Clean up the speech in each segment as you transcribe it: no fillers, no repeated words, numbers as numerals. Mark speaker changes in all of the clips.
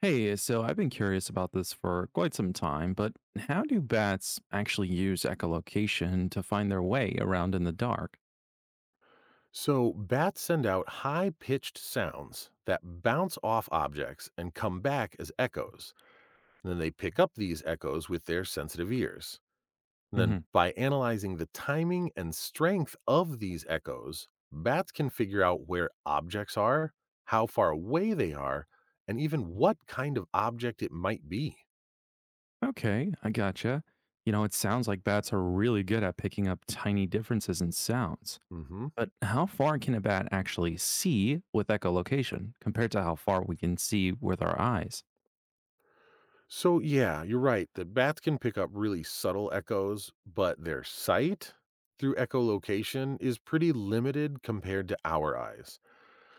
Speaker 1: Hey, so I've been curious about this for quite some time, but how do bats actually use echolocation to find their way around in the dark?
Speaker 2: So, bats send out high pitched sounds that bounce off objects and come back as echoes. And then they pick up these echoes with their sensitive ears. And then,
Speaker 1: hmm
Speaker 2: by analyzing the timing and strength of these echoes, bats can figure out where objects are, how far away they are, and even what kind of object it might be.
Speaker 1: Okay, I gotcha. It sounds like bats are really good at picking up tiny differences in sounds.
Speaker 2: Hmm.
Speaker 1: But how far can a bat actually see with echolocation compared to how far we can see with our eyes?
Speaker 2: So yeah, you're right. The bats can pick up really subtle echoes, but their sight through echolocation is pretty limited compared to our eyes.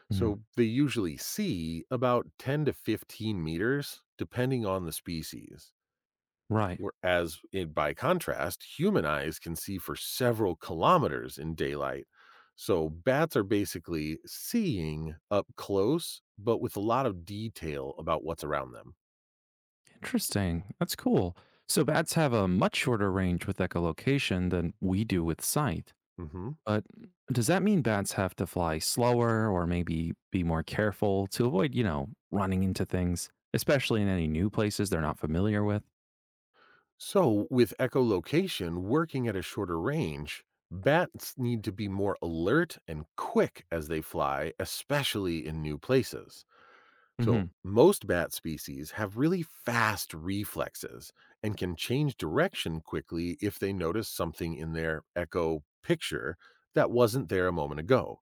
Speaker 1: Mhm.
Speaker 2: So they usually see about 10 to 15 meters, depending on the species.
Speaker 1: Right.
Speaker 2: Whereas, by contrast, human eyes can see for several kilometers in daylight. So bats are basically seeing up close, but with a lot of detail about what's around them.
Speaker 1: Interesting. That's cool. So bats have a much shorter range with echolocation than we do with sight.
Speaker 2: Mhm.
Speaker 1: But does that mean bats have to fly slower or maybe be more careful to avoid, running into things, especially in any new places they're not familiar with?
Speaker 2: So, with echolocation working at a shorter range, bats need to be more alert and quick as they fly, especially in new places. So,
Speaker 1: hmm
Speaker 2: most bat species have really fast reflexes and can change direction quickly if they notice something in their echo picture that wasn't there a moment ago.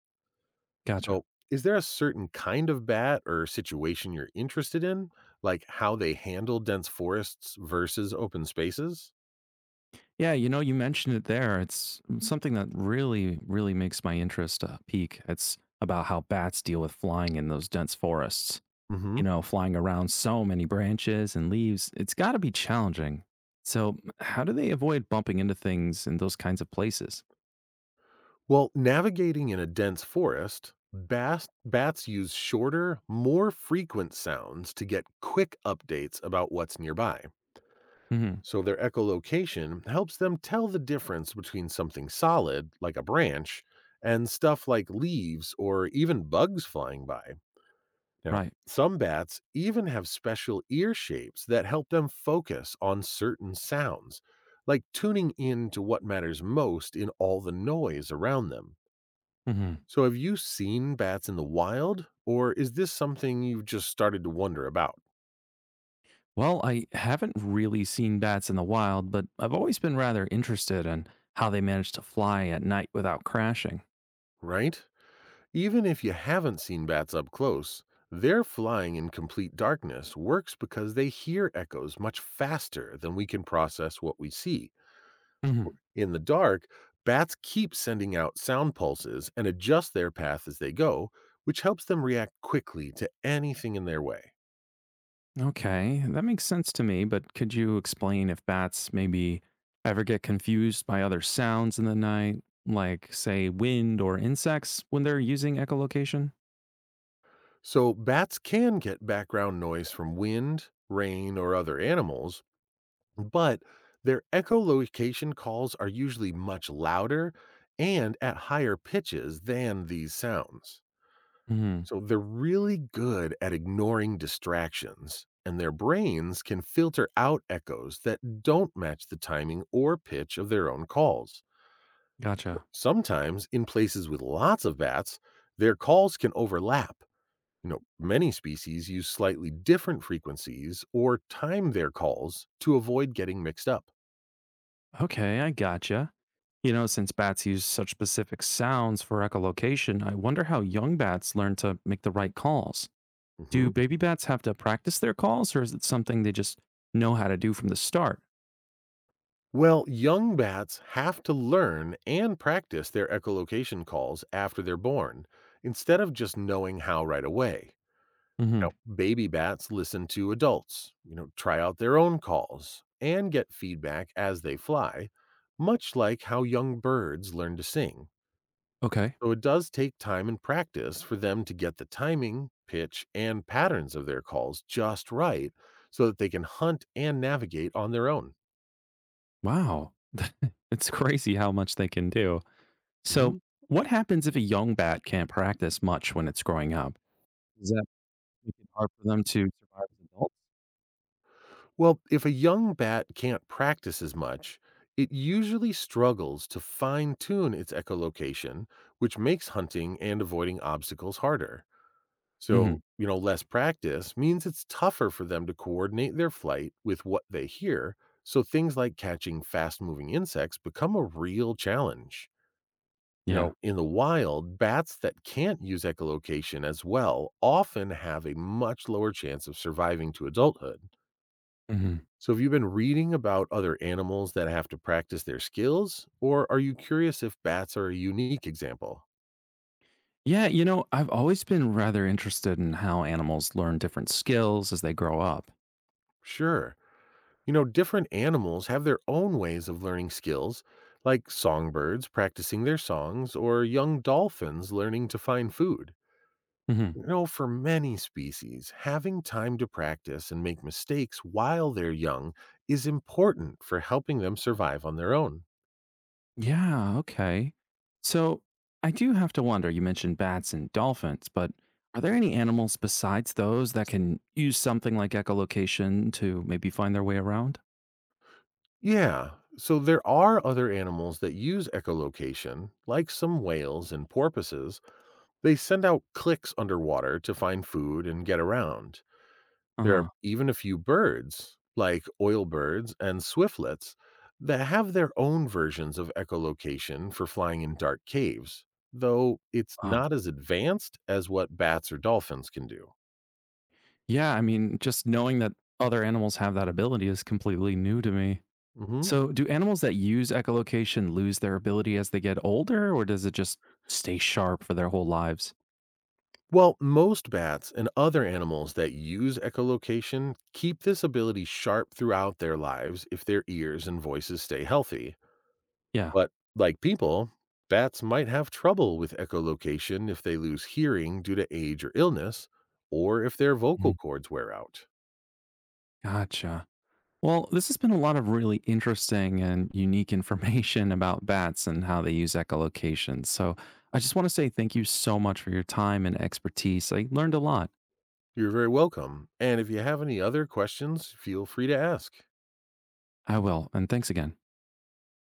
Speaker 1: Gotcha.
Speaker 2: So, is there a certain kind of bat or situation you're interested in, like how they handle dense forests versus open spaces?
Speaker 1: Yeah, you mentioned it there. It's something that really, really makes my interest peak. It's about how bats deal with flying in those dense forests.
Speaker 2: Hmm.
Speaker 1: Flying around so many branches and leaves, it's got to be challenging. So, how do they avoid bumping into things in those kinds of places?
Speaker 2: Well, navigating in a dense forest, bats use shorter, more frequent sounds to get quick updates about what's nearby.
Speaker 1: hmm
Speaker 2: So their echolocation helps them tell the difference between something solid, like a branch, and stuff like leaves or even bugs flying by. Now,
Speaker 1: Right.
Speaker 2: some bats even have special ear shapes that help them focus on certain sounds, like tuning in to what matters most in all the noise around them.
Speaker 1: hmm
Speaker 2: So, have you seen bats in the wild, or is this something you've just started to wonder about,
Speaker 1: Well, I haven't really seen bats in the wild, but I've always been rather interested in how they manage to fly at night without crashing.
Speaker 2: right? Even if you haven't seen bats up close, their flying in complete darkness works because they hear echoes much faster than we can process what we see.
Speaker 1: hmm
Speaker 2: In the dark, bats keep sending out sound pulses and adjust their path as they go, which helps them react quickly to anything in their way.
Speaker 1: Okay, that makes sense to me, but could you explain if bats maybe ever get confused by other sounds in the night, like, say, wind or insects when they're using echolocation?
Speaker 2: So, bats can get background noise from wind, rain, or other animals. But their echolocation calls are usually much louder and at higher pitches than these sounds.
Speaker 1: hmm
Speaker 2: So they're really good at ignoring distractions, and their brains can filter out echoes that don't match the timing or pitch of their own calls. So
Speaker 1: Gotcha.
Speaker 2: sometimes in places with lots of bats, their calls can overlap. Many species use slightly different frequencies or time their calls to avoid getting mixed up.
Speaker 1: Okay, I gotcha. Since bats use such specific sounds for echolocation, I wonder how young bats learn to make the right calls.
Speaker 2: Mhm.
Speaker 1: Do baby bats have to practice their calls or is it something they just know how to do from the start?
Speaker 2: Well, young bats have to learn and practice their echolocation calls after they're born, instead of just knowing how right away. Now,
Speaker 1: hmm
Speaker 2: baby bats listen to adults, try out their own calls and get feedback as they fly, much like how young birds learn to sing.
Speaker 1: Okay.
Speaker 2: So it does take time and practice for them to get the timing, pitch, and patterns of their calls just right so that they can hunt and navigate on their own.
Speaker 1: Wow. It's crazy how much they can do. So,
Speaker 2: Mhm.
Speaker 1: what happens if a young bat can't practice much when it's growing up? Does that make it hard for them to survive as adults?
Speaker 2: Well, if a young bat can't practice as much, it usually struggles to fine tune its echolocation, which makes hunting and avoiding obstacles harder.
Speaker 1: hmm
Speaker 2: So, less practice means it's tougher for them to coordinate their flight with what they hear. So, things like catching fast moving insects become a real challenge. You
Speaker 1: Yeah.
Speaker 2: know, in the wild, bats that can't use echolocation as well often have a much lower chance of surviving to adulthood.
Speaker 1: hmm
Speaker 2: So, have you been reading about other animals that have to practice their skills, or are you curious if bats are a unique example?
Speaker 1: Yeah. I've always been rather interested in how animals learn different skills as they grow up.
Speaker 2: Sure. Different animals have their own ways of learning skills, like songbirds practicing their songs or young dolphins learning to find food. For many species, having time to practice and make mistakes while they're young is important for helping them survive on their own.
Speaker 1: Yeah, okay. So I do have to wonder, you mentioned bats and dolphins, but are there any animals besides those that can use something like echolocation to maybe find their way around?
Speaker 2: Yeah. So there are other animals that use echolocation, like some whales and porpoises. They send out clicks underwater to find food and get around.
Speaker 1: Uh
Speaker 2: There are
Speaker 1: huh.
Speaker 2: even a few birds, like oilbirds and swiftlets, that have their own versions of echolocation for flying in dark caves, though it's
Speaker 1: Wow.
Speaker 2: not as advanced as what bats or dolphins can do.
Speaker 1: Yeah, I mean, just knowing that other animals have that ability is completely new to me.
Speaker 2: Mhm.
Speaker 1: So, do animals that use echolocation lose their ability as they get older, or does it just stay sharp for their whole lives?
Speaker 2: Well, most bats and other animals that use echolocation keep this ability sharp throughout their lives if their ears and voices stay healthy.
Speaker 1: Yeah.
Speaker 2: But like people, bats might have trouble with echolocation if they lose hearing due to age or illness, or if their vocal
Speaker 1: Mhm.
Speaker 2: cords wear out.
Speaker 1: Gotcha. Well, this has been a lot of really interesting and unique information about bats and how they use echolocation. So I just want to say thank you so much for your time and expertise. I learned a lot.
Speaker 2: You're very welcome. And if you have any other questions, feel free to ask.
Speaker 1: I will. And thanks again.